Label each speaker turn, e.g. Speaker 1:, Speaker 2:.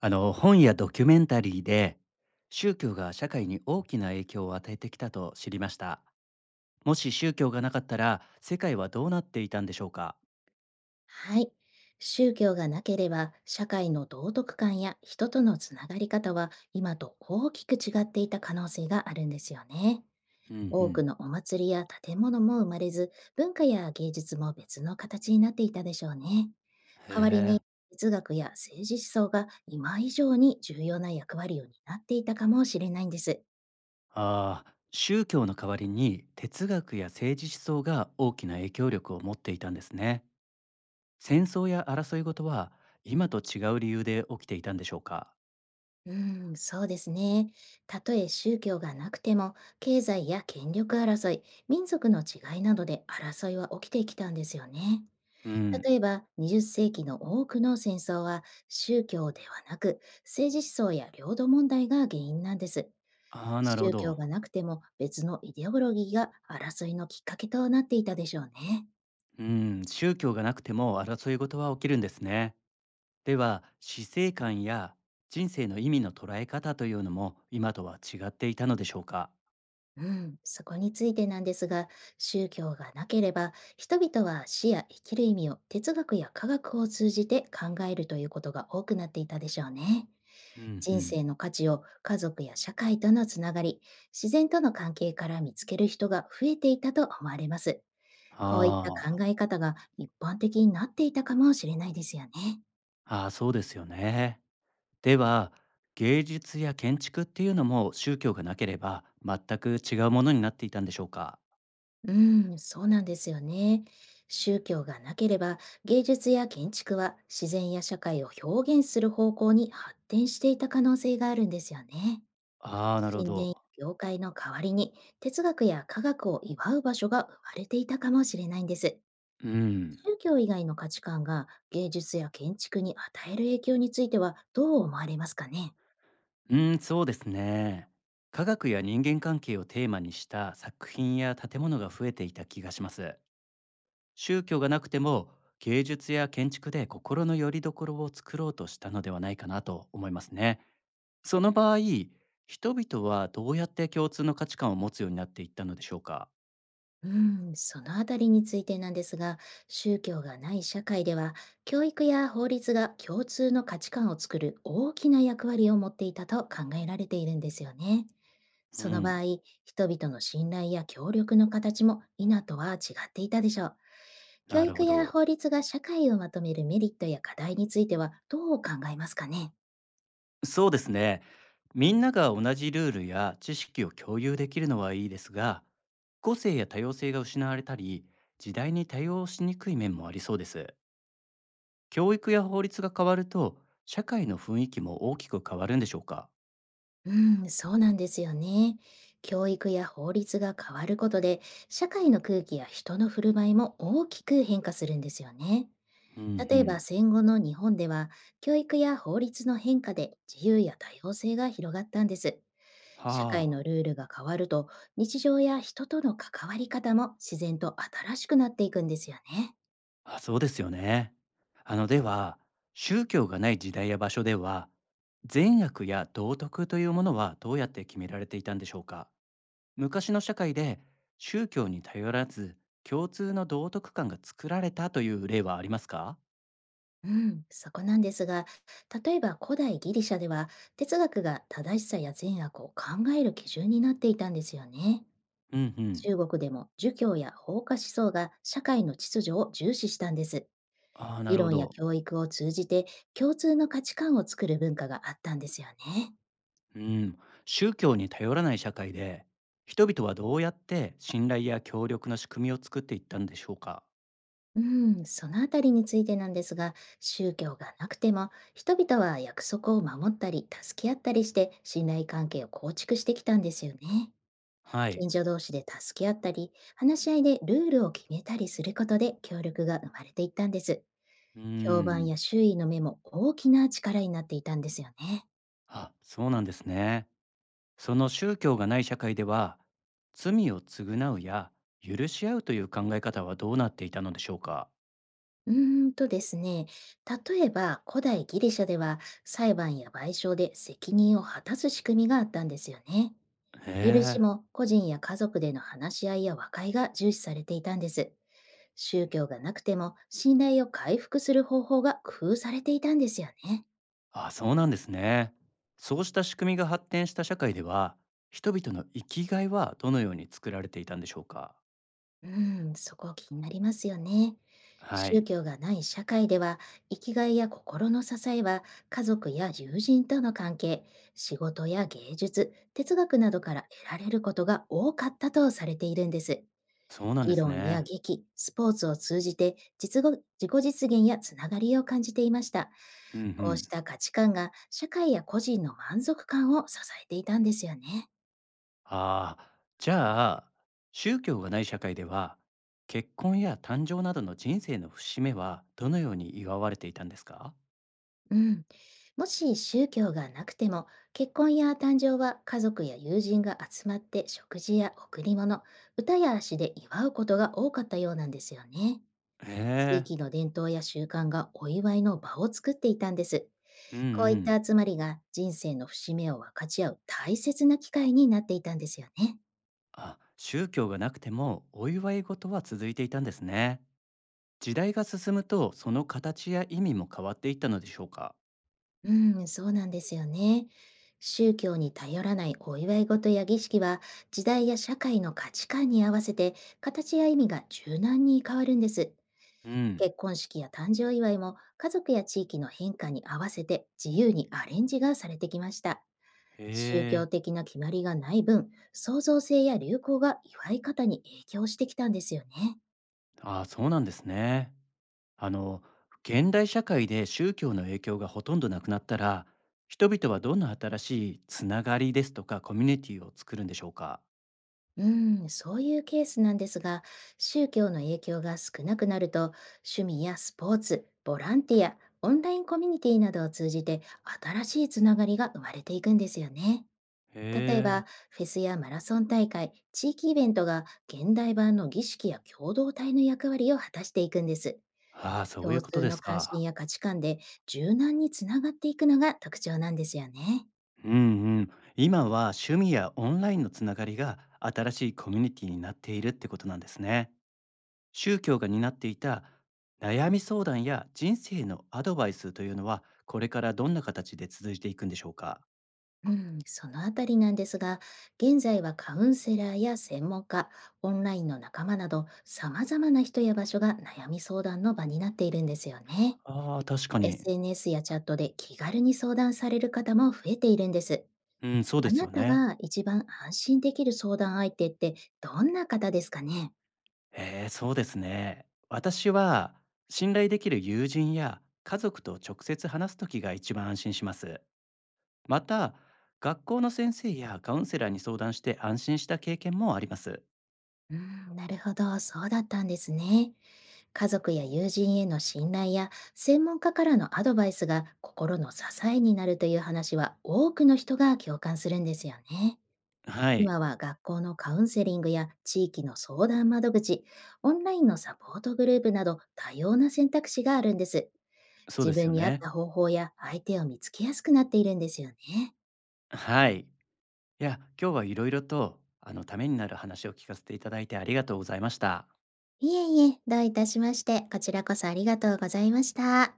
Speaker 1: あの本やドキュメンタリーで宗教が社会に大きな影響を与えてきたと知りました。もし宗教がなかったら、世界はどうなっていたんでしょうか？
Speaker 2: はい。宗教がなければ、社会の道徳観や人とのつながり方は今と大きく違っていた可能性があるんですよね。
Speaker 1: うんう
Speaker 2: 多く
Speaker 1: ん。
Speaker 2: のお祭りや建物も生まれず、文化や芸術も別の形になっていたでしょうね。
Speaker 1: へ
Speaker 2: 代わり
Speaker 1: え。
Speaker 2: に、哲学や政治思想が今以上に重要な役割を担っていたかもしれないんです。
Speaker 1: ああ、宗教の代わりに哲学や政治思想が大きな影響力を持っていたんですね。戦争や争い事は、今と違う理由で起きていたんでしょうか？
Speaker 2: うん、そうですね。たとえ宗教がなくても、経済や権力争い、民族の違いなどで争いは起きてきたんですよね。
Speaker 1: う
Speaker 2: 例
Speaker 1: ん。
Speaker 2: えば、20世紀の多くの戦争は宗教ではなく、政治思想や領土問題が原因なんです。
Speaker 1: ああ、なるほ
Speaker 2: 宗教
Speaker 1: ど。
Speaker 2: がなくても別のイデオロギーが争いのきっかけとなっていたでしょうね。
Speaker 1: うん、宗教がなくても争い事は起きるんですね。では、死生観や人生の意味の捉え方というのも今とは違っていたのでしょうか？
Speaker 2: うん、そこについてなんですが、宗教がなければ、人々は死や生きる意味を哲学や科学を通じて考えるということが多くなっていたでしょうね。
Speaker 1: うん。う
Speaker 2: 人
Speaker 1: ん。
Speaker 2: 生の価値を家族や社会とのつながり、自然との関係から見つける人が増えていたと思われます。
Speaker 1: あ
Speaker 2: こういった考
Speaker 1: ー。
Speaker 2: え方が一般的になっていたかもしれないですよね。
Speaker 1: あー、そうですよね。では、芸術や建築っていうのも、宗教がなければ全く違うものになっていたんでしょうか？
Speaker 2: うん、そうなんですよね。宗教がなければ芸術や建築は自然や社会を表現する方向に発展していた可能性があるんですよね。
Speaker 1: ああー、なるほ
Speaker 2: 神殿や
Speaker 1: ど。
Speaker 2: 業界の代わりに哲学や科学を祝う場所が生まれていたかもしれないんです。
Speaker 1: うん。
Speaker 2: 宗教以外の価値観が芸術や建築に与える影響についてはどう思われますかね？
Speaker 1: うん、そうですね。科学や人間関係をテーマにした作品や建物が増えていた気がします。宗教がなくても、芸術や建築で心の拠り所を作ろうとしたのではないかなと思いますね。その場合、人々はどうやって共通の価値観を持つようになっていったのでしょうか？
Speaker 2: うん、そのあたりについてなんですが、宗教がない社会では、教育や法律が共通の価値観を作る大きな役割を持っていたと考えられているんですよね。
Speaker 1: う
Speaker 2: その場
Speaker 1: ん、
Speaker 2: 合、人々の信頼や協力の形も今とは違っていたでしょう。教
Speaker 1: なる
Speaker 2: 育
Speaker 1: ほ
Speaker 2: や
Speaker 1: ど。
Speaker 2: 法律が社会をまとめるメリットや課題についてはどう考えますかね？
Speaker 1: そうですね。みんなが同じルールや知識を共有できるのはいいですが、個性や多様性が失われたり、時代に対応しにくい面もありそうです。教育や法律が変わると、社会の雰囲気も大きく変わるんでしょうか？
Speaker 2: うん、そうなんですよね。教育や法律が変わることで、社会の空気や人の振る舞いも大きく変化するんですよね。
Speaker 1: うんう
Speaker 2: 例えば
Speaker 1: ん。
Speaker 2: 戦後の日本では、教育や法律の変化で自由や多様性が広がったんです。社会の
Speaker 1: は
Speaker 2: ルールが変わると、日常や人との関わり方も自然と新しくなっていくんですよね。
Speaker 1: あ、あ、そうですよね。では、宗教がない時代や場所では、善悪や道徳というものはどうやって決められていたんでしょうか。昔の社会で宗教に頼らず、共通の道徳観が作られたという例はありますか？
Speaker 2: うん、そこなんですが、例えば古代ギリシャでは哲学が正しさや善悪を考える基準になっていたんですよね。
Speaker 1: うんうん。
Speaker 2: 中国でも儒教や法家思想が社会の秩序を重視したんです。
Speaker 1: ああ、な
Speaker 2: 議
Speaker 1: るほ
Speaker 2: 論や
Speaker 1: ど。
Speaker 2: 教育を通じて共通の価値観を作る文化があったんですよね。
Speaker 1: うん。宗教に頼らない社会で、人々はどうやって信頼や協力の仕組みを作っていったんでしょうか。
Speaker 2: うん、そのあたりについてなんですが、宗教がなくても人々は約束を守ったり助け合ったりして信頼関係を構築してきたんですよね。
Speaker 1: は
Speaker 2: 近
Speaker 1: い。
Speaker 2: 所同士で助け合ったり、話し合いでルールを決めたりすることで協力が生まれていったんです。
Speaker 1: う
Speaker 2: 評判や
Speaker 1: ん。
Speaker 2: 周囲の目も大きな力になっていたんですよね。
Speaker 1: あ、そうなんですね。その宗教がない社会では、罪を償うや許し合うという考え方はどうなっていたのでしょうか？
Speaker 2: ですね、例えば古代ギリシャでは裁判や賠償で責任を果たす仕組みがあったんですよね。
Speaker 1: へ
Speaker 2: 許
Speaker 1: え、
Speaker 2: しも個人や家族での話し合いや和解が重視されていたんです。宗教がなくても信頼を回復する方法が工夫されていたんですよね。
Speaker 1: あ、そうなんですね。そうした仕組みが発展した社会では、人々の生きがいはどのように作られていたんでしょうか？
Speaker 2: うーん、そこ気になりますよね。
Speaker 1: は
Speaker 2: 宗
Speaker 1: い、
Speaker 2: 教がない社会では、生きがいや心の支えは、家族や友人との関係、仕事や芸術、哲学などから得られることが多かったとされているんです。
Speaker 1: そうなんで
Speaker 2: 議
Speaker 1: す
Speaker 2: 論や
Speaker 1: ね。
Speaker 2: 劇、スポーツを通じて実語自己実現やつながりを感じていました。
Speaker 1: うんう
Speaker 2: こう
Speaker 1: ん。
Speaker 2: した価値観が社会や個人の満足感を支えていたんですよね。
Speaker 1: ああ、じゃあ、宗教がない社会では、結婚や誕生などの人生の節目はどのように祝われていたんですか？
Speaker 2: うん。もし宗教がなくても、結婚や誕生は家族や友人が集まって食事や贈り物、歌や足で祝うことが多かったようなんですよね。
Speaker 1: へ
Speaker 2: 地域の伝統や習慣がお祝いの場を作っていたんです。
Speaker 1: え、うん
Speaker 2: こう
Speaker 1: う
Speaker 2: いっ
Speaker 1: ん。
Speaker 2: た集まりが人生の節目を分かち合う大切な機会になっていたんですよね。
Speaker 1: あ、宗教がなくてもお祝い事は続いていたんですね。時代が進むとその形や意味も変わっていったのでしょうか。
Speaker 2: うん、そうなんですよね。宗教に頼らないお祝い事や儀式は、時代や社会の価値観に合わせて、形や意味が柔軟に変わるんです。
Speaker 1: うん。
Speaker 2: 結婚式や誕生祝いも、家族や地域の変化に合わせて自由にアレンジがされてきました。宗
Speaker 1: へ
Speaker 2: 教
Speaker 1: え。
Speaker 2: 的な決まりがない分、創造性や流行が祝い方に影響してきたんですよね。
Speaker 1: ああ、そうなんですね。あの、現代社会で宗教の影響がほとんどなくなったら、人々はどんな新しいつながりですとかコミュニティを作るんでしょうか。
Speaker 2: うん、そういうケースなんですが、宗教の影響が少なくなると、趣味やスポーツ、ボランティア、オンラインコミュニティなどを通じて、新しいつながりが生まれていくんですよね。
Speaker 1: へ
Speaker 2: 例え
Speaker 1: え。
Speaker 2: ば、フェスやマラソン大会、地域イベントが現代版の儀式や共同体の役割を果たしていくんです。
Speaker 1: ああ、そうい
Speaker 2: 共
Speaker 1: うこと
Speaker 2: 通
Speaker 1: で
Speaker 2: の
Speaker 1: す
Speaker 2: 関心
Speaker 1: か。
Speaker 2: や価値観で柔軟につながっていくのが特徴なんですよね。
Speaker 1: うんうん。今は趣味やオンラインのつながりが新しいコミュニティになっているってことなんですね。宗教が担っていた悩み相談や人生のアドバイスというのは、これからどんな形で続いていくんでしょうか？
Speaker 2: うん、そのあたりなんですが、現在はカウンセラーや専門家、オンラインの仲間など、様々な人や場所が悩み相談の場になっているんですよね。
Speaker 1: ああ、確かに。
Speaker 2: SNS やチャットで気軽に相談される方も増えているんです。
Speaker 1: うん、そうで
Speaker 2: あ
Speaker 1: す
Speaker 2: な
Speaker 1: よ
Speaker 2: た
Speaker 1: ね。
Speaker 2: が一番安心できる相談相手ってどんな方ですかね？
Speaker 1: ええ、そうですね。私は信頼できる友人や家族と直接話すときが一番安心します。また、学校の先生やカウンセラーに相談して安心した経験もあります。
Speaker 2: うん、なるほど、そうだったんですね。家族や友人への信頼や専門家からのアドバイスが心の支えになるという話は多くの人が共感するんですよね。
Speaker 1: はい、
Speaker 2: 今は学校のカウンセリングや地域の相談窓口、オンラインのサポートグループなど多様な選択肢があるんです。
Speaker 1: そうで
Speaker 2: 自
Speaker 1: す
Speaker 2: 分
Speaker 1: よ
Speaker 2: に合っ
Speaker 1: ね。
Speaker 2: た方法や相手を見つけやすくなっているんですよね。
Speaker 1: はい。いや、今日はいろいろとためになる話を聞かせていただいてありがとうございました。
Speaker 2: いえいえ、どういたしまして、こちらこそありがとうございました。